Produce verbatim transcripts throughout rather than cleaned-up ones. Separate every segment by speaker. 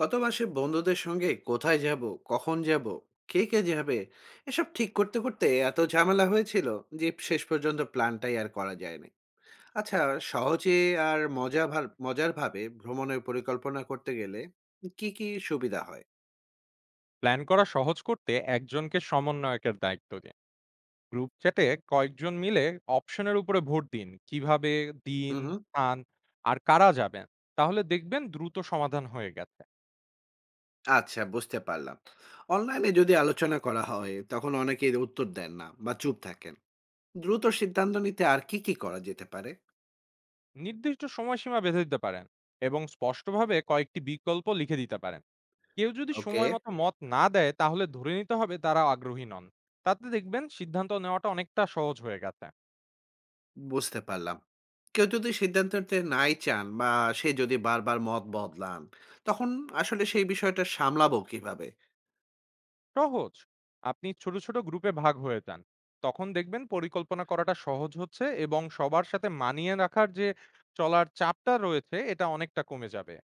Speaker 1: গত মাসে বন্ধুদের সঙ্গে কোথায় যাব, কখন যাব, কে কে যাবে, এসব ঠিক করতে করতে এত ঝামেলা হয়েছিল যে শেষ পর্যন্ত প্ল্যানটাই আর করা যায়নি। আচ্ছা, সহজে আর মজা ভার- মজার ভাবে ভ্রমণের পরিকল্পনা করতে গেলে কি কি সুবিধা হয়?
Speaker 2: প্ল্যান করা সহজ করতে একজনকে সমন্বয়কের দায়িত্ব দিন। গ্রুপ চ্যাটে কয়েকজন মিলে অপশনের উপরে ভোট দিন। কিভাবে দিন
Speaker 1: হুম, হুম।
Speaker 2: স্থান আর কারা যাবেন, তাহলে দেখবেন দ্রুত সমাধান হয়ে গেছে।
Speaker 1: আচ্ছা, বুঝতে পারলাম। অনলাইনে যদি আলোচনা করা হয় তখন অনেকেই উত্তর দেন না বা চুপ থাকেন। দ্রুত সিদ্ধান্ত নিতে আর কি কি করা যেতে পারে?
Speaker 2: নির্দিষ্ট সময়সীমা বেঁধে দিতে পারেন এবং স্পষ্টভাবে কয়েকটি বিকল্প লিখে দিতে পারেন। কেউ যদি
Speaker 1: ওকে।
Speaker 2: সময় মতো মত না দেয় তাহলে ধরে নিতে হবে তারা আগ্রহী নন। তাতে দেখবেন সিদ্ধান্ত নেওয়াটা অনেকটা সহজ হয়ে গেছে।
Speaker 1: বুঝতে পারলাম। কেউ যদি সিদ্ধান্ত নিতে নাই চান বা সে যদি বারবার মত বদলান, তখন আসলে সেই বিষয়টা সামলাবো কিভাবে?
Speaker 2: সহজ, আপনি ছোট ছোট গ্রুপে ভাগ হয়ে যান, তখন দেখবেন পরিকল্পনা করাটা সহজ হচ্ছে এবং সবার সাথে মানিয়ে রাখার যে চলার চাপটা রয়েছে এটা অনেকটা কমে যাবে।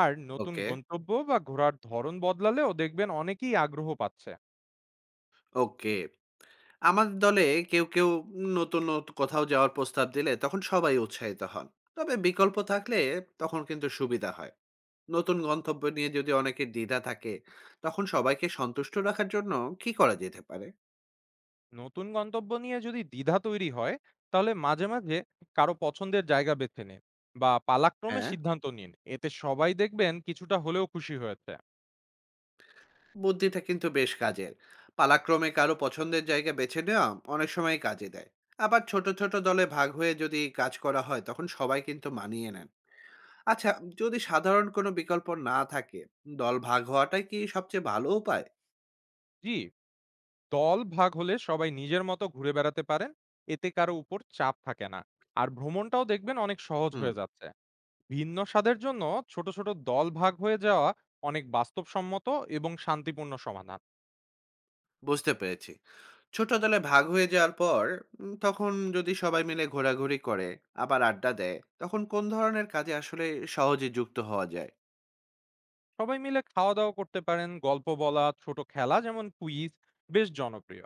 Speaker 2: আর নতুন
Speaker 1: ওকে,
Speaker 2: গন্তব্য বা ঘোরার ধরন বদলালেও দেখবেন অনেকেই আগ্রহ পাচ্ছে।
Speaker 1: ওকে। আমার দলে কেউ, কেউ নতুন, নত কোথাও যাওয়ার প্রস্তাব দিলে তখন সবাই উৎসাহিত হন। তবে বিকল্প থাকলে তখন কিন্তু সুবিধা হয়। নতুন গন্তব্য নিয়ে যদি অনেকের দ্বিধা থাকে, তখন সবাইকে সন্তুষ্ট রাখার জন্য কি করা যেতে পারে?
Speaker 2: নতুন গন্তব্য নিয়ে যদি দ্বিধা তৈরি হয় তাহলে মাঝে মাঝে কারো পছন্দের জায়গা বেছে নিন বা পালাক্রমে
Speaker 1: হ্যাঁ।
Speaker 2: সিদ্ধান্ত নিন, এতে সবাই দেখবেন কিছুটা হলেও খুশি হয়েছে।
Speaker 1: বুদ্ধিটা কিন্তু বেশ কাজের। পালাক্রমে কারো পছন্দের জায়গা বেছে নেওয়া অনেক সময় কাজে দেয়। আবার ছোট ছোট দলে ভাগ হয়ে যদি কাজ করা হয় তখন সবাই কিন্তু মানিয়ে নেন। আচ্ছা, যদি সাধারণ কোনো বিকল্প না থাকে, দল ভাগ হওয়াটাই কি সবচেয়ে ভালো উপায়?
Speaker 2: জি, দল ভাগ হলে সবাই নিজের মতো ঘুরে বেড়াতে পারেন, এতে কারো উপর চাপ থাকে না। আর ভ্রমণটাও দেখবেন অনেক সহজ
Speaker 1: হুম।
Speaker 2: হয়ে যাচ্ছে। ভিন্ন স্বাদের জন্য ছোট ছোট দল ভাগ হয়ে যাওয়া অনেক বাস্তবসম্মত এবং শান্তিপূর্ণ সমাধান।
Speaker 1: বুঝতে পেরেছি। ছোট দলে ভাগ হয়ে যাওয়ার পর উম, তখন যদি সবাই মিলে ঘোরাঘুরি করে আবার আড্ডা দেয় তখন কোন ধরনের কাজে আসলে সহজে যুক্ত হওয়া যায়?
Speaker 2: সবাই মিলে খাওয়া দাওয়া করতে পারেন, গল্প বলা, ছোট খেলা যেমন কুইজ বেশ জনপ্রিয়।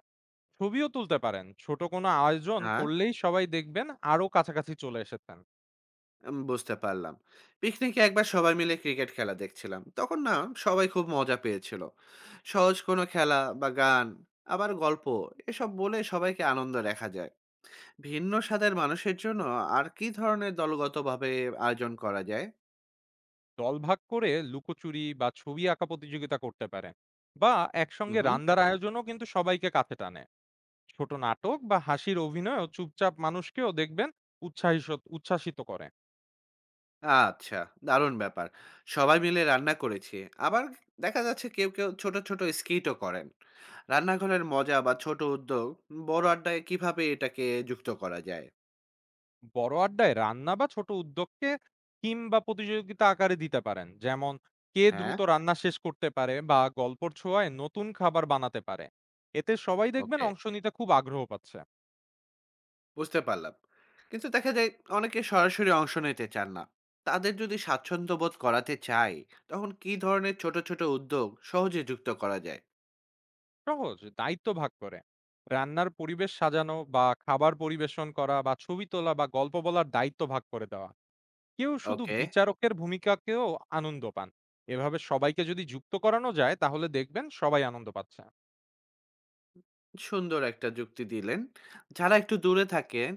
Speaker 2: ছবিও তুলতে পারেন। ছোট কোনো আয়োজন
Speaker 1: হ্যাঁ।
Speaker 2: করলেই সবাই দেখবেন আরো কাছাকাছি চলে এসেছেন।
Speaker 1: উম, বুঝতে পারলাম। পিকনিকে একবার সবাই মিলে ক্রিকেট খেলা দেখছিলাম, তখন না সবাই খুব মজা পেয়েছিল। সহজ কোনো খেলা বা গান, আবার গল্প, এসব বলে সবাইকে আনন্দ দেখা যায়। ভিন্ন স্বাদের মানুষের জন্য আর কি ধরনের দলগতভাবে আয়োজন করা যায়?
Speaker 2: দল ভাগ করে লুকোচুরি বা ছবি আঁকা প্রতিযোগিতা করতে পারে, বা একসঙ্গে
Speaker 1: হুম।
Speaker 2: রান্নার আয়োজনও কিন্তু সবাইকে কাছে টানে। ছোট নাটক বা হাসির অভিনয়ও চুপচাপ মানুষকেও দেখবেন উৎসাহিত, উচ্ছ্বাসিত করে।
Speaker 1: আচ্ছা, দারুণ ব্যাপার। সবাই মিলে রান্না করেছি, আবার দেখা যাচ্ছে কেউ কেউ ছোট ছোট স্কিটও করেন। রান্নাঘরের মজা বা ছোট উদ্যোগ বড় আড্ডায় কিভাবে এটাকে যুক্ত করা যায়?
Speaker 2: বড় আড্ডায় রান্না বা ছোট উদ্যোগকে টিম বা প্রতিযোগিতা আকারে দিতে পারেন, যেমন কে
Speaker 1: হ্যাঁ।
Speaker 2: দ্রুত রান্না শেষ করতে পারে বা গল্পর ছোঁয়ায় নতুন খাবার বানাতে পারে। এতে সবাই দেখবেন
Speaker 1: ওকে।
Speaker 2: অংশ নিতে খুব আগ্রহ পাচ্ছে।
Speaker 1: বুঝতে পারলাম। কিন্তু দেখা যায় অনেকে সরাসরি অংশ নিতে চান না। তাদের যদি স্বাচ্ছন্দ্য বোধ করাতে চাই, তখন কি ধরনের ছোট, ছোট উদ্যোগ সহজে যুক্ত করা যায়?
Speaker 2: সহজ দায়িত্ব ভাগ করে রান্নার পরিবেশ সাজানো বা খাবার পরিবেশন করা বা ছবি তোলা বা গল্প বলার দায়িত্ব ভাগ করে দেওয়া। কেউ শুধু
Speaker 1: ওকে।
Speaker 2: বিচারকের ভূমিকাকেও আনন্দ পান। এভাবে সবাইকে যদি যুক্ত করানো যায় তাহলে দেখবেন সবাই আনন্দ পাচ্ছে।
Speaker 1: সুন্দর একটা যুক্তি দিলেন। যারা একটু দূরে থাকেন,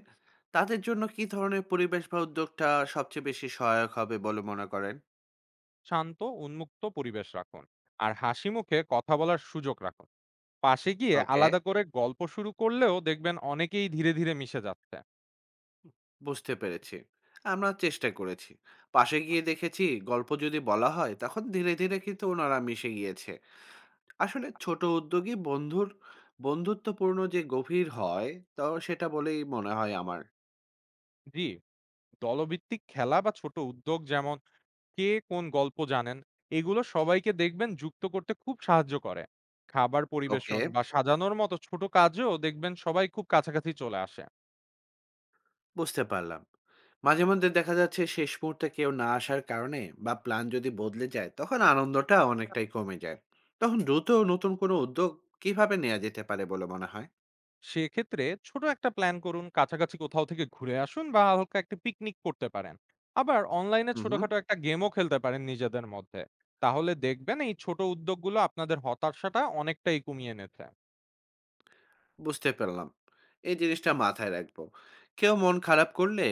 Speaker 1: তাদের জন্য কি ধরনের পরিবেশ বা উদ্যোগটা সবচেয়ে বেশি সহায়ক হবে বলে মনে করেন?
Speaker 2: শান্ত উন্মুক্ত পরিবেশ রাখুন আর হাসি মুখে কথা বলার সুযোগ রাখুন। পাশে গিয়ে
Speaker 1: ওকে।
Speaker 2: আলাদা করে গল্প শুরু করলেও দেখবেন অনেকেই ধীরে ধীরে মিশে যাচ্ছে।
Speaker 1: বুঝতে পেরেছি। আমরা চেষ্টা করেছি। পাশে গিয়ে দেখেছি, গল্প যদি বলা হয়, তখন ধীরে, ধীরে কিন্তু ওনারা মিশে গিয়েছে। আসলে ছোট উদ্যোগই বন্ধুর বন্ধুত্বপূর্ণ যে গভীর হয়, তো সেটা বলেই মনে হয় আমার।
Speaker 2: জি, দলভিত্তিক খেলা বা ছোট উদ্যোগ, যেমন কে কোন গল্প জানেন, এগুলো সবাইকে দেখবেন যুক্ত করতে খুব সাহায্য করে। খাবার
Speaker 1: ওকে।
Speaker 2: পরিবেশন বা সাজানোর মতো ছোট কাজও দেখবেন সবাই খুব কাছাকাছি চলে আসে।
Speaker 1: বুঝতে পারলাম। মাঝে মধ্যে দেখা যাচ্ছে শেষ মুহূর্তে কেউ না আসার কারণে বা প্ল্যান যদি বদলে যায়, তখন আনন্দটা অনেকটাই কমে যায়। তখন দ্রুত নতুন কোনো উদ্যোগ কিভাবে নেওয়া যেতে পারে বলে মনে হয়?
Speaker 2: সেক্ষেত্রে ছোট একটা প্ল্যান করুন, কাছাকাছি কোথাও থেকে ঘুরে আসুন বা হালকা একটা পিকনিক করতে পারেন। আবার অনলাইনে
Speaker 1: হুম, হুম।
Speaker 2: ছোটখাটো একটা গেমও খেলতে পারেন নিজেদের মধ্যে। তাহলে দেখবেন এই ছোট উদ্যোগগুলো আপনাদের হতাশাটা অনেকটাই কমিয়ে এনেছে।
Speaker 1: বুঝতে পারলাম। এই জিনিসটা মাথায় রাখবো। কেউ মন খারাপ করলে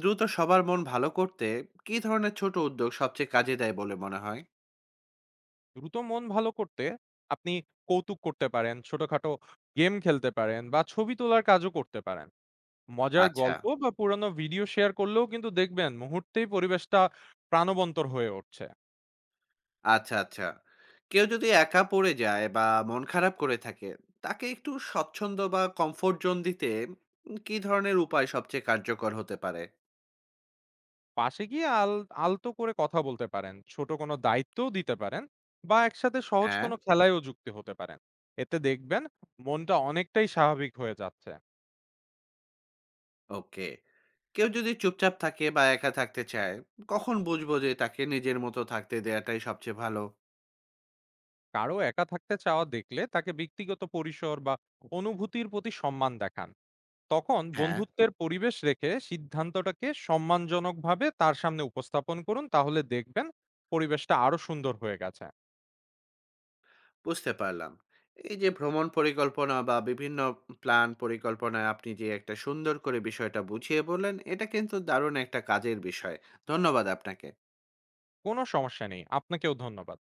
Speaker 1: দ্রুত সবার মন ভালো করতে কি ধরনের ছোট উদ্যোগ সবচেয়ে কাজে দেয় বলে মনে হয়?
Speaker 2: দ্রুত মন ভালো করতে আপনি কৌতুক করতে পারেন, ছোটখাটো গেম খেলতে পারেন বা ছবি তোলার কাজও করতে পারেন। মজার
Speaker 1: আচ্ছা।
Speaker 2: গল্প বা পুরানো ভিডিও শেয়ার করলেও কিন্তু দেখবেন মুহূর্তেই পরিবেশটা প্রাণবন্তর হয়ে উঠছে।
Speaker 1: আচ্ছা, আচ্ছা। কেউ যদি একা পড়ে যায় বা মন খারাপ করে থাকে, তাকে একটু স্বচ্ছন্দ বা কমফোর্ট জোন দিতে উম কি ধরনের উপায় সবচেয়ে কার্যকর হতে পারে?
Speaker 2: পাশে গিয়ে আল আলতো করে কথা বলতে পারেন, ছোট কোনো দায়িত্বও দিতে পারেন বা একসাথে সহজ
Speaker 1: হ্যাঁ।
Speaker 2: কোনো খেলায়ও যুক্ত হতে পারেন। এতে দেখবেন মনটা অনেকটাই স্বাভাবিক হয়ে যাচ্ছে।
Speaker 1: ওকে। কেউ যদি চুপচাপ থাকে বা একা থাকতে চায়, কখন বুঝবো যে তাকে নিজের মতো থাকতে দেয়াটাই সবচেয়ে ভালো?
Speaker 2: কারো একা থাকতে চাওয়া দেখলে তাকে ব্যক্তিগত পরিসর বা অনুভূতির প্রতি সম্মান দেখান। তখন
Speaker 1: হ্যাঁ।
Speaker 2: বন্ধুত্বের পরিবেশ রেখে সিদ্ধান্তটাকে সম্মানজনকভাবে তার সামনে উপস্থাপন করুন, তাহলে দেখবেন পরিবেশটা আরো সুন্দর হয়ে গেছে।
Speaker 1: বুঝতে পারলাম। এই যে ভ্রমণ পরিকল্পনা বা বিভিন্ন প্ল্যান পরিকল্পনায় আপনি যে একটা সুন্দর করে বিষয়টা বুঝিয়ে বললেন, এটা কিন্তু দারুণ একটা কাজের বিষয়। ধন্যবাদ আপনাকে।
Speaker 2: কোনো সমস্যা নেই, আপনাকেও ধন্যবাদ।